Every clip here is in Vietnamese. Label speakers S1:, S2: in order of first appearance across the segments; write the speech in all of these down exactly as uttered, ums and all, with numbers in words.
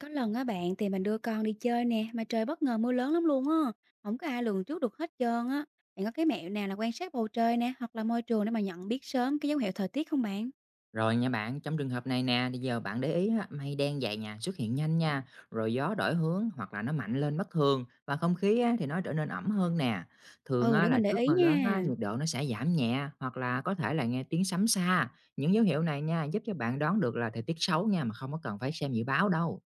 S1: Có lần á bạn thì mình đưa con đi chơi nè mà trời bất ngờ mưa lớn lắm luôn á. Không có ai lường trước được hết trơn á. Bạn có cái mẹo nào là quan sát bầu trời nè hoặc là môi trường để mà nhận biết sớm cái dấu hiệu thời tiết không bạn?
S2: Rồi nha bạn, trong trường hợp này nè, thì giờ bạn để ý á, mây đen dày nhà xuất hiện nhanh nha, rồi gió đổi hướng hoặc là nó mạnh lên bất thường và không khí á, thì nó trở nên ẩm hơn nè. Thường
S1: Ừ,
S2: á,
S1: để
S2: là
S1: mình để
S2: trước
S1: ý
S2: mưa
S1: nha.
S2: lớn á, nhiệt độ nó sẽ giảm nhẹ hoặc là có thể là nghe tiếng sấm xa. Những dấu hiệu này nha giúp cho bạn đoán được là thời tiết xấu nha mà không có cần phải xem dự báo đâu.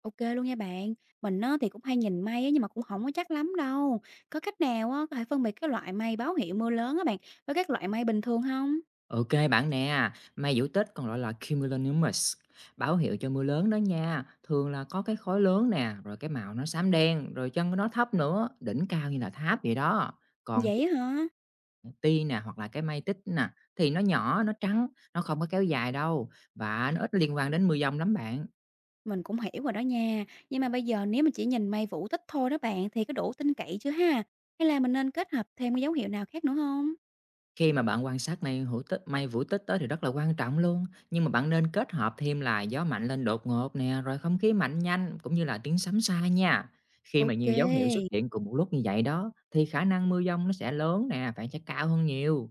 S1: Ok luôn nha bạn. Mình á thì cũng hay nhìn mây á, nhưng mà cũng không có chắc lắm đâu. Có cách nào á có thể phân biệt cái loại mây báo hiệu mưa lớn á bạn với các loại mây bình thường không?
S2: OK bạn nè, mây vũ tích còn gọi là cumulonimbus, báo hiệu cho mưa lớn đó nha. Thường là có cái khối lớn nè, rồi cái màu nó xám đen, rồi chân nó thấp nữa, đỉnh cao như là tháp vậy đó. Còn thì
S1: Vậy hả?
S2: ti nè hoặc là cái mây tích nè thì nó nhỏ, nó trắng, nó không có kéo dài đâu và nó ít liên quan đến mưa dông lắm bạn.
S1: Mình cũng hiểu rồi đó nha. Nhưng mà bây giờ nếu mình chỉ nhìn May Vũ Tích thôi đó bạn thì có đủ tin cậy chưa ha? Hay là mình nên kết hợp thêm cái dấu hiệu nào khác nữa không?
S2: Khi mà bạn quan sát mây hữu tích mây vũ tích tới thì rất là quan trọng luôn, nhưng mà bạn nên kết hợp thêm là gió mạnh lên đột ngột nè, rồi không khí mạnh nhanh cũng như là tiếng sấm xa nha. Khi mà
S1: Ok.
S2: nhiều dấu hiệu xuất hiện cùng một lúc như vậy đó thì khả năng mưa dông nó sẽ lớn nè, phải sẽ cao hơn nhiều.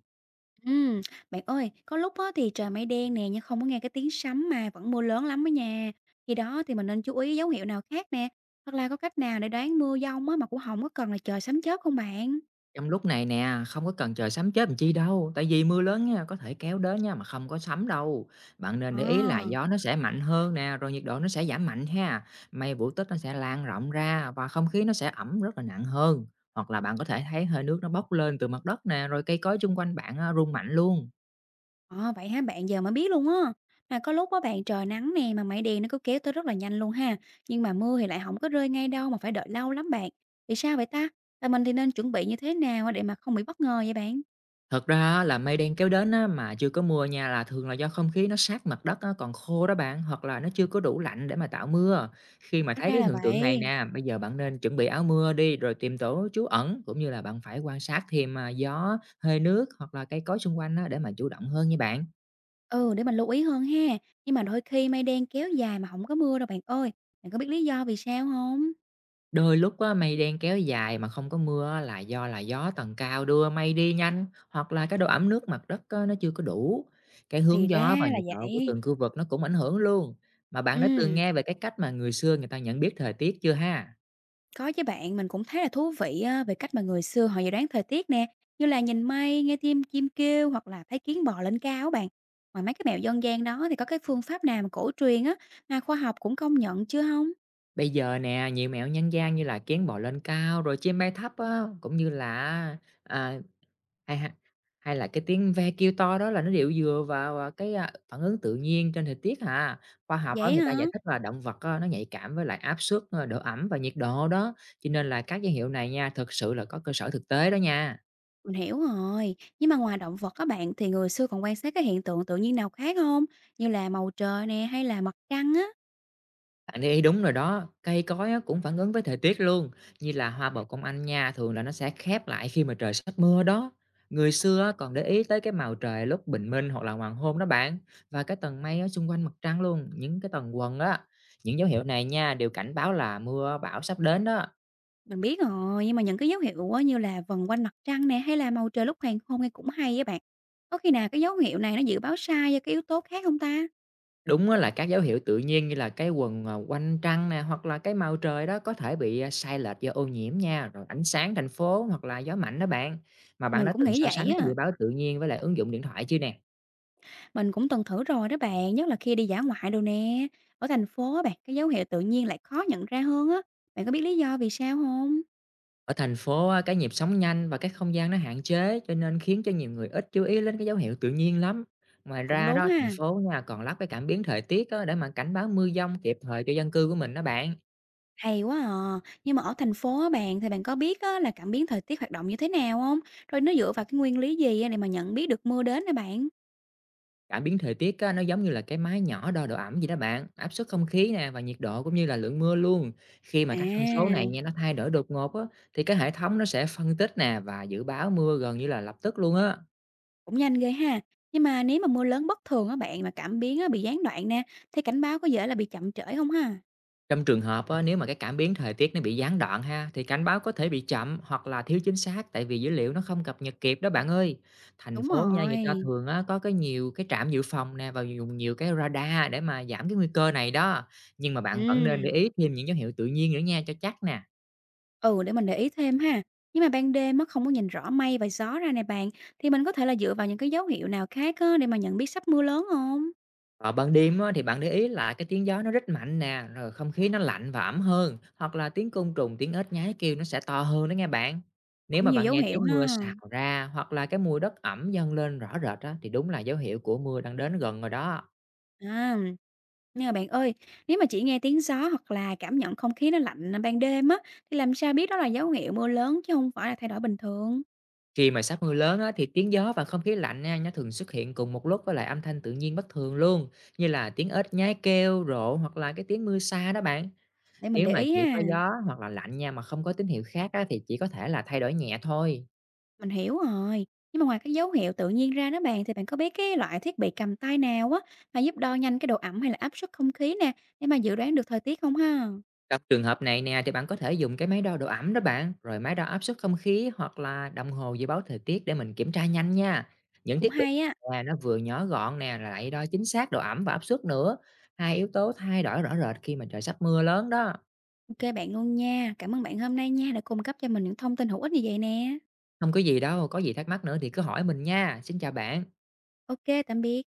S1: Ừm, bạn ơi, có lúc á thì trời mây đen nè nhưng không có nghe cái tiếng sấm mà vẫn mưa lớn lắm đó nha. Khi đó thì mình nên chú ý dấu hiệu nào khác nè, hoặc là có cách nào để đoán mưa dông á mà cũng không có cần là trời sấm chớp không bạn?
S2: Trong lúc này nè, không có cần chờ sấm chớp làm chi đâu, tại vì mưa lớn nha, có thể kéo đến nha mà không có sấm đâu. Bạn nên để ý là
S1: À.
S2: gió nó sẽ mạnh hơn nè, rồi nhiệt độ nó sẽ giảm mạnh ha. Mây vũ tích nó sẽ lan rộng ra và không khí nó sẽ ẩm rất là nặng hơn. Hoặc là bạn có thể thấy hơi nước nó bốc lên từ mặt đất nè, rồi cây cối xung quanh bạn à, rung mạnh luôn.
S1: Ờ, vậy hả bạn? Giờ mới biết luôn á. Mà có lúc á bạn trời nắng nè mà mây đen nó cứ kéo tới rất là nhanh luôn ha. Nhưng mà mưa thì lại không có rơi ngay đâu mà phải đợi lâu lắm bạn. Vì sao vậy ta? Và mình thì nên chuẩn bị như thế nào á để mà không bị bất ngờ vậy bạn?
S2: Thật ra á là mây đen kéo đến á, mà chưa có mưa nha là thường là do không khí nó sát mặt đất á, còn khô đó bạn, hoặc là nó chưa có đủ lạnh để mà tạo mưa. Khi mà
S1: Hóa
S2: thấy
S1: ra
S2: cái
S1: là
S2: hiện tượng này
S1: vậy.
S2: nè, bây giờ bạn nên chuẩn bị áo mưa đi, rồi tìm chỗ trú ẩn, cũng như là bạn phải quan sát thêm à, gió, hơi nước hoặc là cây cối xung quanh á, để mà chủ động hơn nha bạn.
S1: Ừ, để mình lưu ý hơn ha. Nhưng mà đôi khi mây đen kéo dài mà không có mưa đâu bạn ơi. Bạn có biết lý do vì sao không?
S2: Đôi lúc á, mây đen kéo dài mà không có mưa á, là do là gió tầng cao đưa mây đi nhanh hoặc là cái độ ẩm nước mặt đất á, nó chưa có đủ. Cái
S1: Thì
S2: hướng
S1: ra
S2: gió và
S1: là
S2: nhiệt độ của
S1: vậy.
S2: từng khu vực nó cũng ảnh hưởng luôn. Mà bạn đã từng
S1: Ừ.
S2: nghe về cái cách mà người xưa người ta nhận biết thời tiết chưa ha?
S1: Có chứ bạn, mình cũng thấy là thú vị á, về cách mà người xưa họ dự đoán thời tiết nè, như là nhìn mây, nghe tim chim kêu hoặc là thấy kiến bò lên cao á bạn. Ngoài mấy cái mẹo dân gian đó thì có cái phương pháp nào mà cổ truyền á mà khoa học cũng công nhận chưa không?
S2: Bây giờ nè, nhiều mẹo nhân gian như là kiến bò lên cao, rồi chim bay thấp á, cũng như là, à, hay ha hay là cái tiếng ve kêu to đó là nó đều dựa vào, à, cái, a, phản ứng tự nhiên trên thời tiết hà. Khoa học á,
S1: Vậy
S2: người ta giải
S1: hả?
S2: thích là động vật á, nó nhạy cảm với lại áp suất, ơ, độ ẩm và nhiệt độ đó, cho nên là các dấu hiệu này nha, thực sự là có cơ sở thực tế đó nha.
S1: Mình hiểu rồi. Nhưng mà ngoài động vật các bạn thì người xưa còn quan sát cái hiện tượng tự nhiên nào khác không? Như là màu trời nè hay là mặt trăng á?
S2: Bạn để ý đúng rồi đó, cây cối á, cũng phản ứng với thời tiết luôn, như là hoa bồ công anh nha, thường là nó sẽ khép lại khi mà trời sắp mưa đó. Người xưa á, còn để ý tới cái màu trời lúc bình minh hoặc là hoàng hôn đó bạn, và cái tầng mây ở xung quanh mặt trăng luôn, những cái tầng quầng á. Những dấu hiệu này nha đều cảnh báo là mưa bão sắp đến đó.
S1: Mình biết rồi, nhưng mà những cái dấu hiệu á, như là vần quanh mặt trăng nè hay là bầu trời lúc hoàng hôn nghe cũng hay á bạn. Có khi nào cái dấu hiệu này nó dự báo sai do cái yếu tố khác không ta?
S2: Đúng á là các dấu hiệu tự nhiên như là cái quần ờ, quanh trăng nè, hoặc là cái màu trời đó có thể bị, a, sai lệch do ô nhiễm nha, rồi ánh sáng thành phố hoặc là gió mạnh đó bạn. Mà bạn
S1: Mình
S2: đã
S1: cũng
S2: từng
S1: nghĩ
S2: so sánh
S1: vậy
S2: cái dự
S1: á.
S2: báo tự nhiên với lại ứng dụng điện thoại chưa nè?
S1: Mình cũng từng thử rồi đó bạn, nhất là khi đi dã ngoại đồ nè. Ở thành phố á bạn, cái dấu hiệu tự nhiên lại khó nhận ra hơn á. Bạn có biết lý do vì sao không?
S2: Ở thành phố á, cái nhịp sống nhanh và cái không gian nó hạn chế, cho nên khiến cho nhiều người ít chú ý đến cái dấu hiệu tự nhiên lắm. Ngoài
S1: Cũng
S2: ra
S1: đúng
S2: đó, thành
S1: ha.
S2: phố nha còn lắp cái cảm biến thời tiết á, để mà cảnh báo mưa dông kịp thời cho dân cư của mình đó bạn.
S1: Hay quá à. Nhưng mà ở thành phố á bạn thì bạn có biết á, là cảm biến thời tiết hoạt động như thế nào không? Rồi nó dựa vào cái nguyên lý gì á để mà nhận biết được mưa đến nè bạn?
S2: Cảm biến thời tiết á, nó giống như là cái máy nhỏ đo độ ẩm gì đó bạn, áp suất không khí nè và nhiệt độ cũng như là lượng mưa luôn. Khi mà
S1: À.
S2: các thông số này nha nó thay đổi đột ngột á, thì cái hệ thống nó sẽ phân tích nè và dự báo mưa gần như là lập tức luôn á.
S1: Cũng nhanh ghê ha. Nhưng mà nếu mà mưa lớn bất thường á bạn, mà cảm biến á bị gián đoạn nè, thì cảnh báo có dễ là bị chậm trễ không ha?
S2: Trong trường hợp á, nếu mà cái cảm biến thời tiết nó bị gián đoạn ha thì cảnh báo có thể bị chậm hoặc là thiếu chính xác tại vì dữ liệu nó không cập nhật kịp đó bạn ơi. Thành
S1: Đúng
S2: phố nha người ta
S1: rồi.
S2: thường á, có cái nhiều cái trạm dự phòng nè và dùng nhiều cái radar để mà giảm cái nguy cơ này đó. Nhưng mà bạn vẫn nên để
S1: Ừm.
S2: ý thêm những dấu hiệu tự nhiên nữa nha cho chắc nè.
S1: Ừ, để mình để ý thêm ha. Nhưng mà ban đêm á không có nhìn rõ mây và gió ra nè bạn, thì mình có thể là dựa vào những cái dấu hiệu nào khác á để mà nhận biết sắp mưa lớn không?
S2: Vào ban đêm á, thì bạn để ý là cái tiếng gió nó rất mạnh nè, rồi không khí nó lạnh và ẩm hơn, hoặc là tiếng côn trùng, tiếng ếch nhái kêu nó sẽ to hơn đó nghe bạn. Nếu
S1: Cũng
S2: mà
S1: nhiều
S2: bạn
S1: dấu
S2: nghe
S1: hiệu
S2: tiếng mưa
S1: ha.
S2: xào ra hoặc là cái mùi đất ẩm dâng lên rõ rệt á, thì đúng là dấu hiệu của mưa đang đến gần rồi đó.
S1: À, nhưng mà bạn ơi, nếu mà chỉ nghe tiếng gió hoặc là cảm nhận không khí nó lạnh ban đêm á, thì làm sao biết đó là dấu hiệu mưa lớn chứ không phải là thay đổi bình thường?
S2: Khi mà sắp mưa lớn á, thì tiếng gió và không khí lạnh nha, nó thường xuất hiện cùng một lúc với lại âm thanh tự nhiên bất thường luôn, như là tiếng ếch nhái kêu, rộ hoặc là cái tiếng mưa xa đó bạn.
S1: Để mình
S2: Nếu
S1: để
S2: mà
S1: ý
S2: chỉ có
S1: ha.
S2: gió hoặc là lạnh nha mà không có tín hiệu khác á, thì chỉ có thể là thay đổi nhẹ thôi.
S1: Mình hiểu rồi. Nhưng mà ngoài cái dấu hiệu tự nhiên ra đó bạn thì bạn có biết cái loại thiết bị cầm tay nào á mà giúp đo nhanh cái độ ẩm hay là áp suất không khí nè để mà dự đoán được thời tiết không ha?
S2: Trong trường hợp này nè thì bạn có thể dùng cái máy đo độ ẩm đó bạn, rồi máy đo áp suất không khí hoặc là đồng hồ dự báo thời tiết để mình kiểm tra nhanh nha. Những
S1: Cũng
S2: thiết bị
S1: hay á.
S2: này nó vừa nhỏ gọn nè rồi lại đo chính xác độ ẩm và áp suất nữa. Hai yếu tố thay đổi rõ rệt khi mà trời sắp mưa lớn đó.
S1: Ok bạn luôn nha. Cảm ơn bạn hôm nay nha đã cung cấp cho mình những thông tin hữu ích như vậy nè.
S2: Không có gì đâu, có gì thắc mắc nữa thì cứ hỏi mình nha. Xin chào bạn.
S1: Ok, tạm biệt.